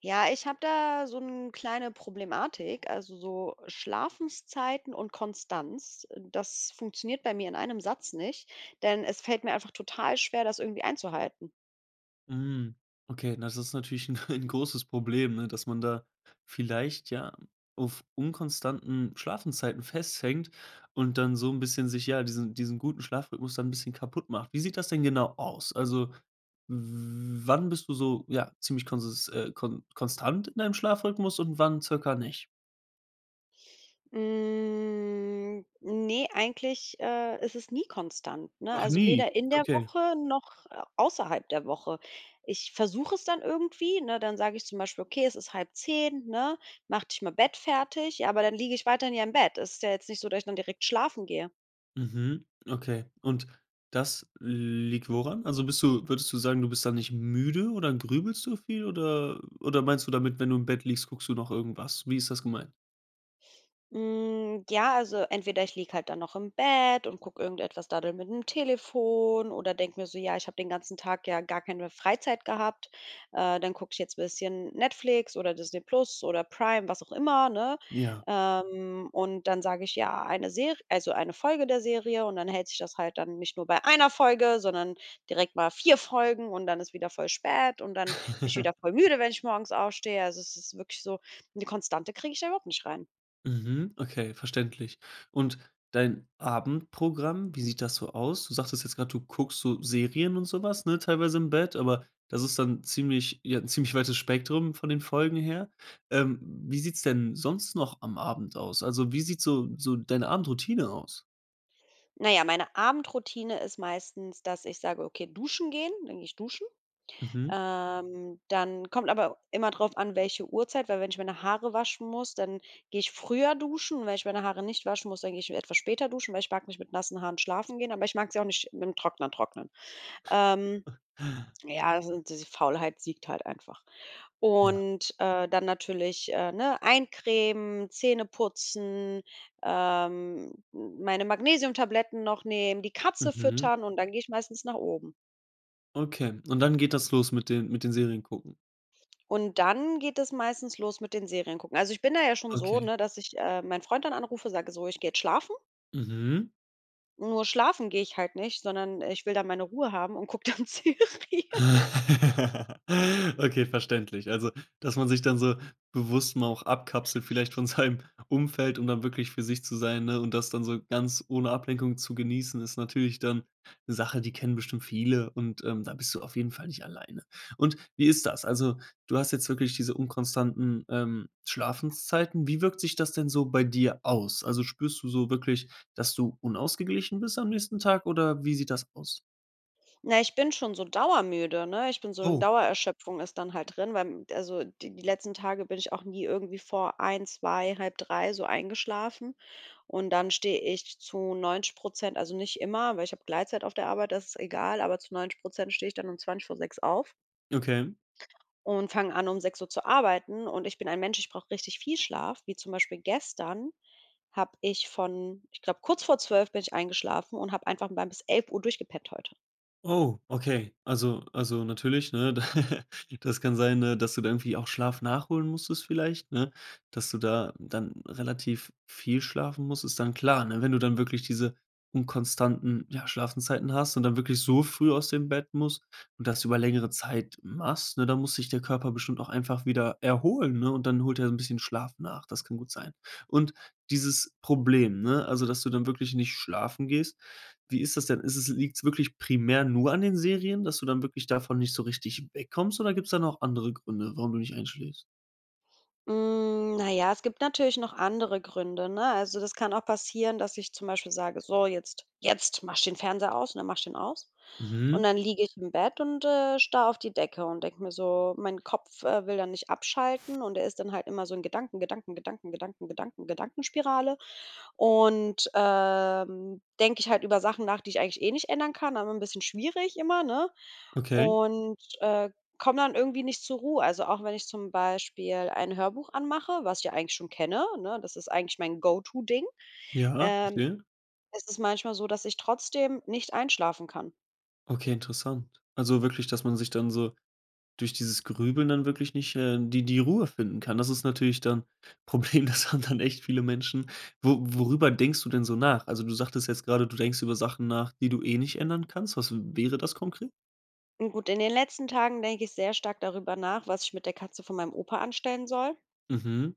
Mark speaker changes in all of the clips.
Speaker 1: Ja, ich habe da so eine kleine Problematik, also so Schlafenszeiten und Konstanz. Das funktioniert bei mir in einem Satz nicht, denn es fällt mir einfach total schwer, das irgendwie einzuhalten.
Speaker 2: Hm, okay, na, das ist natürlich 'n ein großes Problem, ne, dass man da vielleicht, ja, auf unkonstanten Schlafenszeiten festhängt und dann so ein bisschen sich ja, diesen guten Schlafrhythmus dann ein bisschen kaputt macht. Wie sieht das denn genau aus? Also, w wann bist du so, ja, ziemlich konsis kon konstant in deinem Schlafrhythmus und wann circa nicht?
Speaker 1: Ne, eigentlich, ist es nie konstant, ne?
Speaker 2: Ach,
Speaker 1: Also
Speaker 2: nie?
Speaker 1: weder in der
Speaker 2: Okay.
Speaker 1: Woche noch außerhalb der Woche. Ich versuche es dann irgendwie, ne? Dann sage ich zum Beispiel: „Okay, es ist 9:30, ne? Mach dich mal bettfertig." Ja, aber dann liege ich weiterhin ja im Bett. Es ist ja jetzt nicht so, dass ich dann direkt schlafen gehe.
Speaker 2: Mhm, okay. Und das liegt woran? Also bist du würdest du sagen, du bist dann nicht müde oder grübelst du viel oder meinst du damit, wenn du im Bett liegst, guckst du noch irgendwas? Wie ist das gemeint?
Speaker 1: Ja, also entweder ich liege halt dann noch im Bett und gucke irgendetwas daddel mit dem Telefon oder denke mir so: „Ja, ich habe den ganzen Tag ja gar keine Freizeit gehabt. Dann gucke ich jetzt ein bisschen Netflix oder Disney Plus oder Prime", was auch immer, ne?
Speaker 2: Ja.
Speaker 1: Und dann sage ich: „Ja, eine Serie, also eine Folge der Serie" und dann hält sich das halt dann nicht nur bei einer Folge, sondern direkt mal 4 Folgen und dann ist wieder voll spät und dann bin ich wieder voll müde, wenn ich morgens aufstehe. Also, es ist wirklich so eine Konstante kriege ich da überhaupt nicht rein.
Speaker 2: Mhm, okay, verständlich. Und dein Abendprogramm, wie sieht das so aus? Du sagtest jetzt gerade, du guckst so Serien und sowas, ne, teilweise im Bett, aber das ist dann ziemlich ja, 'n ziemlich weites Spektrum von den Folgen her. Ähm, wie sieht's denn sonst noch am Abend aus? Also, wie sieht so deine Abendroutine aus?
Speaker 1: Na ja, meine Abendroutine ist meistens, dass ich sage: „Okay, duschen gehen", dann gehe ich duschen.
Speaker 2: Mhm.
Speaker 1: Dann kommt aber immer drauf an, welche Uhrzeit, weil wenn ich meine Haare waschen muss, dann gehe ich früher duschen. Und wenn ich meine Haare nicht waschen muss, dann gehe ich etwas später duschen, weil ich mag nicht mit nassen Haaren schlafen gehen, aber ich mag sie auch nicht mit dem Trockner trocknen. Ähm ja, also die Faulheit siegt halt einfach.
Speaker 2: Ja.
Speaker 1: Und, dann natürlich, ne, eincremen, Zähne putzen, meine Magnesiumtabletten noch nehmen, die Katze
Speaker 2: Mhm.
Speaker 1: füttern und dann gehe ich meistens nach oben.
Speaker 2: Okay. Und dann geht das los mit den Serien gucken.
Speaker 1: Und dann geht es meistens los mit den Serien gucken. Also, ich bin da ja schon so,
Speaker 2: Okay.
Speaker 1: ne, dass ich, meinen Freund dann anrufe, sage so: „Ich gehe jetzt schlafen."
Speaker 2: Mhm.
Speaker 1: Nur schlafen gehe ich halt nicht, sondern ich will dann meine Ruhe haben und gucke dann Serien.
Speaker 2: Okay, verständlich. Also, dass man sich dann so bewusst mal auch abkapselt vielleicht von seinem Umfeld, um dann wirklich für sich zu sein, ne, und das dann so ganz ohne Ablenkung zu genießen, ist natürlich dann 'ne Sache, die kennen bestimmt viele und, da bist du auf jeden Fall nicht alleine. Und wie ist das? Also, du hast jetzt wirklich diese unkonstanten, Schlafenszeiten. Wie wirkt sich das denn so bei dir aus? Also, spürst du so wirklich, dass du unausgeglichen bist am nächsten Tag oder wie sieht das aus?
Speaker 1: Na, ich bin schon so dauermüde, ne? Ich bin so 'ne
Speaker 2: Oh.
Speaker 1: Dauererschöpfung ist dann halt drin, weil, also, die letzten Tage bin ich auch nie irgendwie vor eins, 2, halb drei so eingeschlafen. Und dann stehe ich zu 90%, also, nicht immer, weil ich habe Gleitzeit auf der Arbeit, das ist egal, aber zu 90% stehe ich dann um zwanzig vor sechs auf
Speaker 2: Okay.
Speaker 1: und fange an, um 6 Uhr zu arbeiten. Und ich bin ein Mensch, ich brauche richtig viel Schlaf, wie zum Beispiel gestern habe ich von ich glaube, kurz vor 12 bin ich eingeschlafen und habe einfach mal bis 11 Uhr durchgepennt heute.
Speaker 2: Oh, okay. Also natürlich, ne? Das kann sein, ne, dass du da irgendwie auch Schlaf nachholen musstest vielleicht, ne? Dass du da dann relativ viel schlafen musst, ist dann klar, ne? Wenn du dann wirklich diese unkonstanten, ja, Schlafenszeiten hast und dann wirklich so früh aus dem Bett musst und das über längere Zeit machst, ne, dann muss sich der Körper bestimmt auch einfach wieder erholen, ne? Und dann holt er so ein bisschen Schlaf nach. Das kann gut sein. Und dieses Problem, ne, also dass du dann wirklich nicht schlafen gehst, wie ist das denn? Ist es, liegt's wirklich primär nur an den Serien, dass du dann wirklich davon nicht so richtig wegkommst oder gibt's da noch andere Gründe, warum du nicht einschläfst?
Speaker 1: Na ja, es gibt natürlich noch andere Gründe, ne? Also, das kann auch passieren, dass ich zum Beispiel sage: „So, jetzt mache ich den Fernseher aus", und dann mache ich den aus. Und
Speaker 2: Mhm,
Speaker 1: dann liege ich im Bett und, starre auf die Decke und denke mir so mein Kopf, will dann nicht abschalten und er ist dann halt immer so in Gedanken, Gedanken, Gedanken, Gedanken, Gedanken, Gedankenspirale. Und, denke ich halt über Sachen nach, die ich eigentlich eh nicht ändern kann, aber ein bisschen schwierig immer, ne?
Speaker 2: okay.
Speaker 1: Und, komme dann irgendwie nicht zur Ruhe. Also, auch wenn ich zum Beispiel ein Hörbuch anmache, was ich ja eigentlich schon kenne, ne? Das ist eigentlich mein Go-to-Ding.
Speaker 2: Ja,
Speaker 1: Ähm,
Speaker 2: verstehe.
Speaker 1: es ist manchmal so, dass ich trotzdem nicht einschlafen kann.
Speaker 2: Okay, interessant. Also wirklich, dass man sich dann so durch dieses Grübeln dann wirklich nicht, die Ruhe finden kann. Das ist natürlich dann Problem, das haben dann echt viele Menschen. Wo, worüber denkst du denn so nach? Also, du sagtest jetzt gerade, du denkst über Sachen nach, die du eh nicht ändern kannst. Was wäre das konkret?
Speaker 1: Und gut, in den letzten Tagen denke ich sehr stark darüber nach, was ich mit der Katze von meinem Opa anstellen soll.
Speaker 2: Mhm.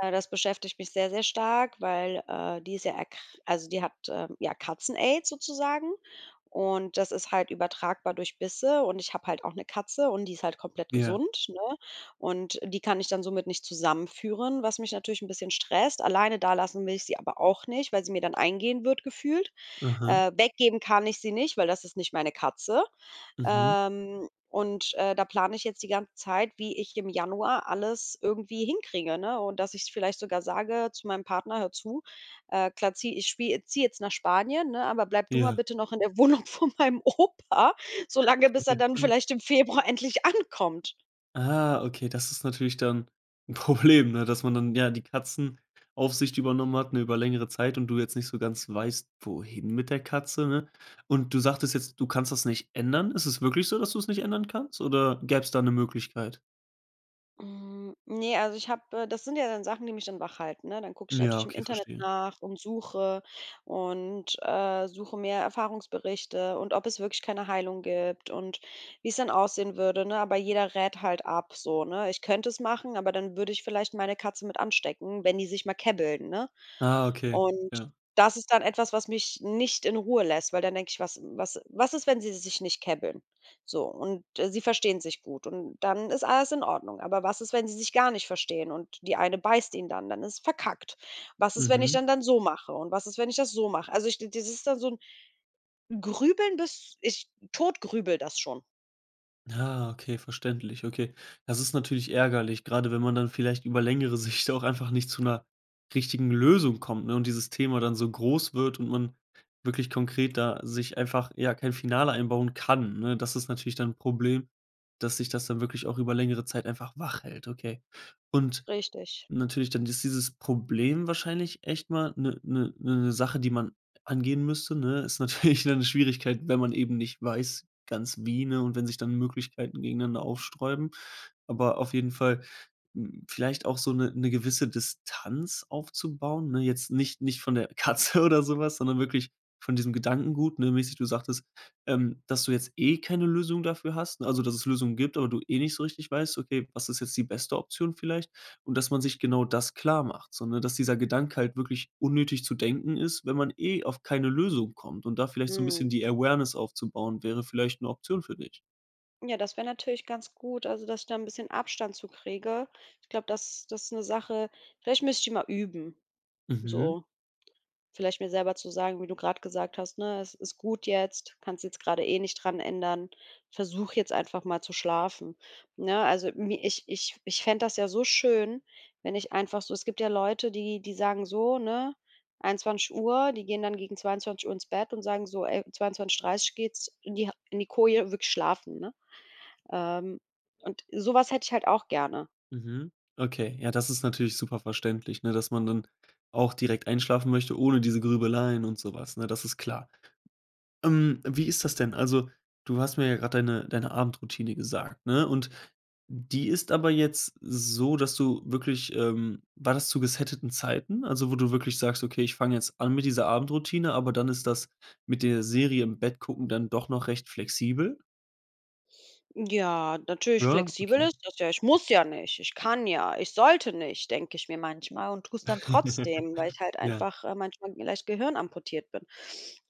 Speaker 1: Das beschäftigt mich sehr, sehr stark, weil, die ist ja erkr also, die hat, ja, Katzen-Aids sozusagen und das ist halt übertragbar durch Bisse und ich habe halt auch eine Katze und die ist halt komplett
Speaker 2: Ja.
Speaker 1: gesund, ne? Und die kann ich dann somit nicht zusammenführen, was mich natürlich ein bisschen stresst. Alleine dalassen will ich sie aber auch nicht, weil sie mir dann eingehen wird gefühlt.
Speaker 2: Aha.
Speaker 1: Weggeben kann ich sie nicht, weil das ist nicht meine Katze.
Speaker 2: Mhm.
Speaker 1: Und da plane ich jetzt die ganze Zeit, wie ich im Januar alles irgendwie hinkriege, ne? Und dass ich vielleicht sogar sage zu meinem Partner: „Hör zu, klar, zieh ich spie ziehe jetzt nach Spanien, ne, aber bleib du mal
Speaker 2: Ja.
Speaker 1: bitte noch in der Wohnung von meinem Opa, so lange, bis er dann vielleicht im Februar endlich ankommt."
Speaker 2: Ah, okay, das ist natürlich dann ein Problem, ne, dass man dann, ja, die Katzenaufsicht übernommen hat, ne, über längere Zeit und du jetzt nicht so ganz weißt, wohin mit der Katze, ne? Und du sagtest jetzt, du kannst das nicht ändern. Ist es wirklich so, dass du es nicht ändern kannst oder gäbe es da eine Möglichkeit?
Speaker 1: Ne, also ich habe das sind ja dann Sachen, die mich dann wach halten, ne? Dann gucke ich
Speaker 2: Ja,
Speaker 1: natürlich im
Speaker 2: okay,
Speaker 1: Internet
Speaker 2: verstehe.
Speaker 1: nach und, suche mehr Erfahrungsberichte und ob es wirklich keine Heilung gibt und wie es dann aussehen würde, ne? Aber jeder rät halt ab so, ne? Ich könnte es machen, aber dann würde ich vielleicht meine Katze mit anstecken, wenn die sich mal käbbeln, ne?
Speaker 2: Ah, okay,
Speaker 1: Und
Speaker 2: ja.
Speaker 1: das ist dann etwas, was mich nicht in Ruhe lässt, weil dann denke ich: „Was ist, wenn sie sich nicht käbbeln?" So, und, sie verstehen sich gut und dann ist alles in Ordnung. Aber was ist, wenn sie sich gar nicht verstehen und die eine beißt ihn dann? Dann ist verkackt. Was ist, wenn ich
Speaker 2: Mhm.
Speaker 1: dann so mache und was ist, wenn ich das so mache? Also, ich, das ist dann so ein Grübeln, bis ich totgrübele das schon.
Speaker 2: Ah, okay, verständlich, okay. Das ist natürlich ärgerlich, gerade wenn man dann vielleicht über längere Sicht auch einfach nicht zu einer richtigen Lösung kommt, ne, und dieses Thema dann so groß wird und man wirklich konkret da sich einfach, ja, kein Finale einbauen kann, ne? Das ist natürlich dann ein Problem, dass sich das dann wirklich auch über längere Zeit einfach wach hält, okay. Und
Speaker 1: Richtig.
Speaker 2: natürlich, dann ist dieses Problem wahrscheinlich echt mal eine 'ne 'ne 'ne Sache, die man angehen müsste, ne? Ist natürlich dann eine Schwierigkeit, wenn man eben nicht weiß ganz wie, ne, und wenn sich dann Möglichkeiten gegeneinander aufsträuben. Aber auf jeden Fall, hm, vielleicht auch so eine gewisse Distanz aufzubauen, ne? Jetzt nicht von der Katze oder sowas, sondern wirklich von diesem Gedankengut, ne, mäßig, du sagtest, dass du jetzt eh keine Lösung dafür hast, ne? Also, dass es Lösungen gibt, aber du eh nicht so richtig weißt: „Okay, was ist jetzt die beste Option vielleicht?“ Und dass man sich genau das klar macht, sondern dass dieser Gedanke halt wirklich unnötig zu denken ist, wenn man eh auf keine Lösung kommt. Und da vielleicht so ein bisschen
Speaker 1: Mhm.
Speaker 2: die Awareness aufzubauen, wäre vielleicht 'ne Option für dich.
Speaker 1: Ja, das wäre natürlich ganz gut, also, dass ich da ein bisschen Abstand zu kriege. Ich glaube, das ist 'ne Sache. Vielleicht müsste ich die mal üben,
Speaker 2: Mhm,
Speaker 1: so. Vielleicht mir selber zu sagen, wie du gerade gesagt hast, ne: „Es ist gut jetzt, kannst jetzt gerade eh nicht dran ändern. Versuch jetzt einfach mal zu schlafen." Ne, also, mi ich ich ich fände das ja so schön, wenn ich einfach so, es gibt ja Leute, die sagen so, ne, 21 Uhr, die gehen dann gegen 22 Uhr ins Bett und sagen so: „Ey, 22:30 geht's in die Koje, wirklich schlafen", ne? Ähm, und sowas hätte ich halt auch gerne.
Speaker 2: mhm. Okay, ja, das ist natürlich super verständlich, ne, dass man dann auch direkt einschlafen möchte ohne diese Grübeleien und so was, ne? Das ist klar. Wie ist das denn? Also, du hast mir ja gerade deine Abendroutine gesagt, ne? Und die ist aber jetzt so, dass du wirklich, war das zu gesetteten Zeiten? Also, wo du wirklich sagst: „Okay, ich fange jetzt an mit dieser Abendroutine“, aber dann ist das mit der Serie im Bett gucken dann doch noch recht flexibel?
Speaker 1: Ja, natürlich
Speaker 2: Ja,
Speaker 1: flexibel
Speaker 2: okay.
Speaker 1: ist das ja. Ich muss ja nicht, ich kann ja, ich sollte nicht, denke ich mir manchmal und tue es dann trotzdem, weil ich halt
Speaker 2: Ja.
Speaker 1: einfach, manchmal vielleicht gehirnamputiert bin.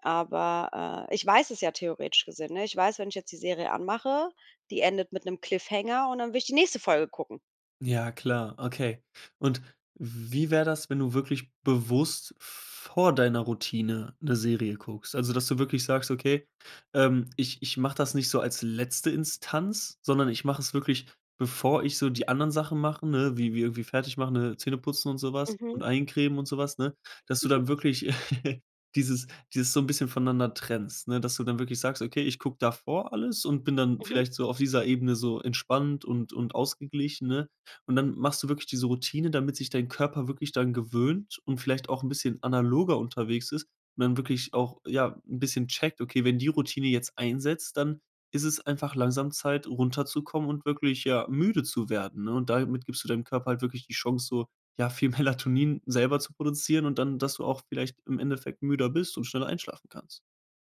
Speaker 1: Aber, ich weiß es ja theoretisch gesehen, ne? Ich weiß, wenn ich jetzt die Serie anmache, die endet mit einem Cliffhanger und dann will ich die nächste Folge gucken.
Speaker 2: Ja, klar, okay. Und wie wäre das, wenn du wirklich bewusst vor deiner Routine 'ne Serie guckst? Also, dass du wirklich sagst: „Okay, ich mache das nicht so als letzte Instanz, sondern ich mache es wirklich, bevor ich so die anderen Sachen mache“, ne, wie irgendwie fertig machen, ne, Zähne putzen und sowas
Speaker 1: Mhm,
Speaker 2: und eincremen und sowas, ne, dass du dann wirklich dieses dieses so ein bisschen voneinander trennst, ne, dass du dann wirklich sagst: „Okay, ich gucke davor alles und bin dann
Speaker 1: mhm.
Speaker 2: vielleicht so auf dieser Ebene so entspannt und ausgeglichen“, ne? Und dann machst du wirklich diese Routine, damit sich dein Körper wirklich dann gewöhnt und vielleicht auch 'n bisschen analoger unterwegs ist und dann wirklich auch, ja, 'n bisschen checkt: „Okay, wenn die Routine jetzt einsetzt, dann ist es einfach langsam Zeit, runterzukommen und wirklich, ja, müde zu werden“, ne? Und damit gibst du deinem Körper halt wirklich die Chance, so, ja, viel Melatonin selber zu produzieren und dann, dass du auch vielleicht im Endeffekt müder bist und schneller einschlafen kannst.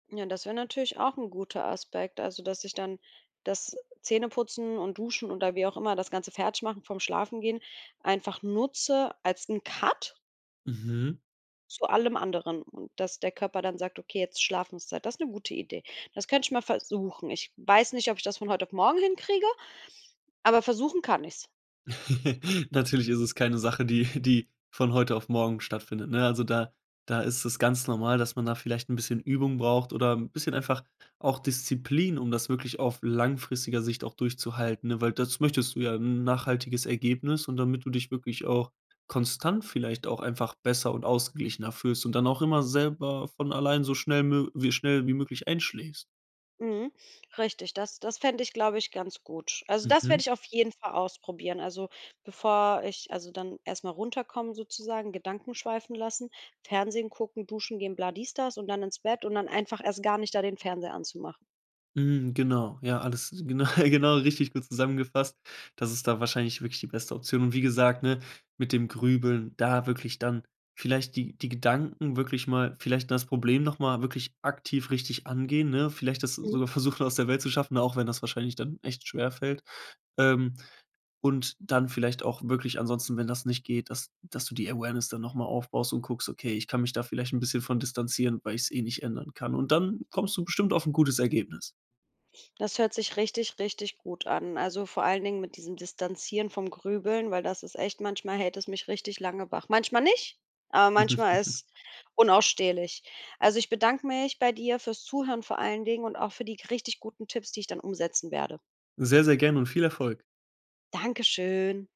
Speaker 1: Ja, das wäre natürlich auch ein guter Aspekt, also, dass ich dann das Zähneputzen und Duschen oder wie auch immer, das Ganze Fertigmachen vorm Schlafen gehen einfach nutze als 'n Cut
Speaker 2: Mhm.
Speaker 1: zu allem anderen und dass der Körper dann sagt: „Okay, jetzt Schlafenszeit." Das ist eine gute Idee. Das könnte ich mal versuchen. Ich weiß nicht, ob ich das von heute auf morgen hinkriege, aber versuchen kann ich's.
Speaker 2: Natürlich ist es keine Sache, die die von heute auf morgen stattfindet, ne? Also, da ist es ganz normal, dass man da vielleicht ein bisschen Übung braucht oder ein bisschen einfach auch Disziplin, um das wirklich auf langfristiger Sicht auch durchzuhalten, ne? Weil das möchtest du ja, ein nachhaltiges Ergebnis und damit du dich wirklich auch konstant vielleicht auch einfach besser und ausgeglichener fühlst und dann auch immer selber von allein so schnell mö wie schnell wie möglich einschläfst.
Speaker 1: Mhm. Richtig, das fände ich, glaube ich, ganz gut. Also, das werde
Speaker 2: Mhm.
Speaker 1: ich auf jeden Fall ausprobieren. Also, bevor ich, also, dann erstmal runterkommen sozusagen, Gedanken schweifen lassen, Fernsehen gucken, duschen gehen, bla dies, das und dann ins Bett und dann einfach erst gar nicht da den Fernseher anzumachen.
Speaker 2: Mhm, genau, ja, alles genau genau, richtig gut zusammengefasst. Das ist da wahrscheinlich wirklich die beste Option. Und wie gesagt, ne, mit dem Grübeln, da wirklich dann vielleicht die Gedanken wirklich mal, vielleicht das Problem noch mal wirklich aktiv richtig angehen, ne? Vielleicht das
Speaker 1: Mhm.
Speaker 2: sogar versuchen, aus der Welt zu schaffen, auch wenn das wahrscheinlich dann echt schwerfällt. Ähm, und dann vielleicht auch wirklich ansonsten, wenn das nicht geht, dass du die Awareness dann noch mal aufbaust und guckst: „Okay, ich kann mich da vielleicht ein bisschen von distanzieren, weil ich es eh nicht ändern kann.“ Und dann kommst du bestimmt auf ein gutes Ergebnis.
Speaker 1: Das hört sich richtig, richtig gut an. Also, vor allen Dingen mit diesem Distanzieren vom Grübeln, weil das ist echt, manchmal hält es mich richtig lange wach. Manchmal nicht, aber manchmal ist unausstehlich. Also, ich bedanke mich bei dir fürs Zuhören vor allen Dingen und auch für die richtig guten Tipps, die ich dann umsetzen werde.
Speaker 2: Sehr, sehr gerne und viel Erfolg.
Speaker 1: Dankeschön.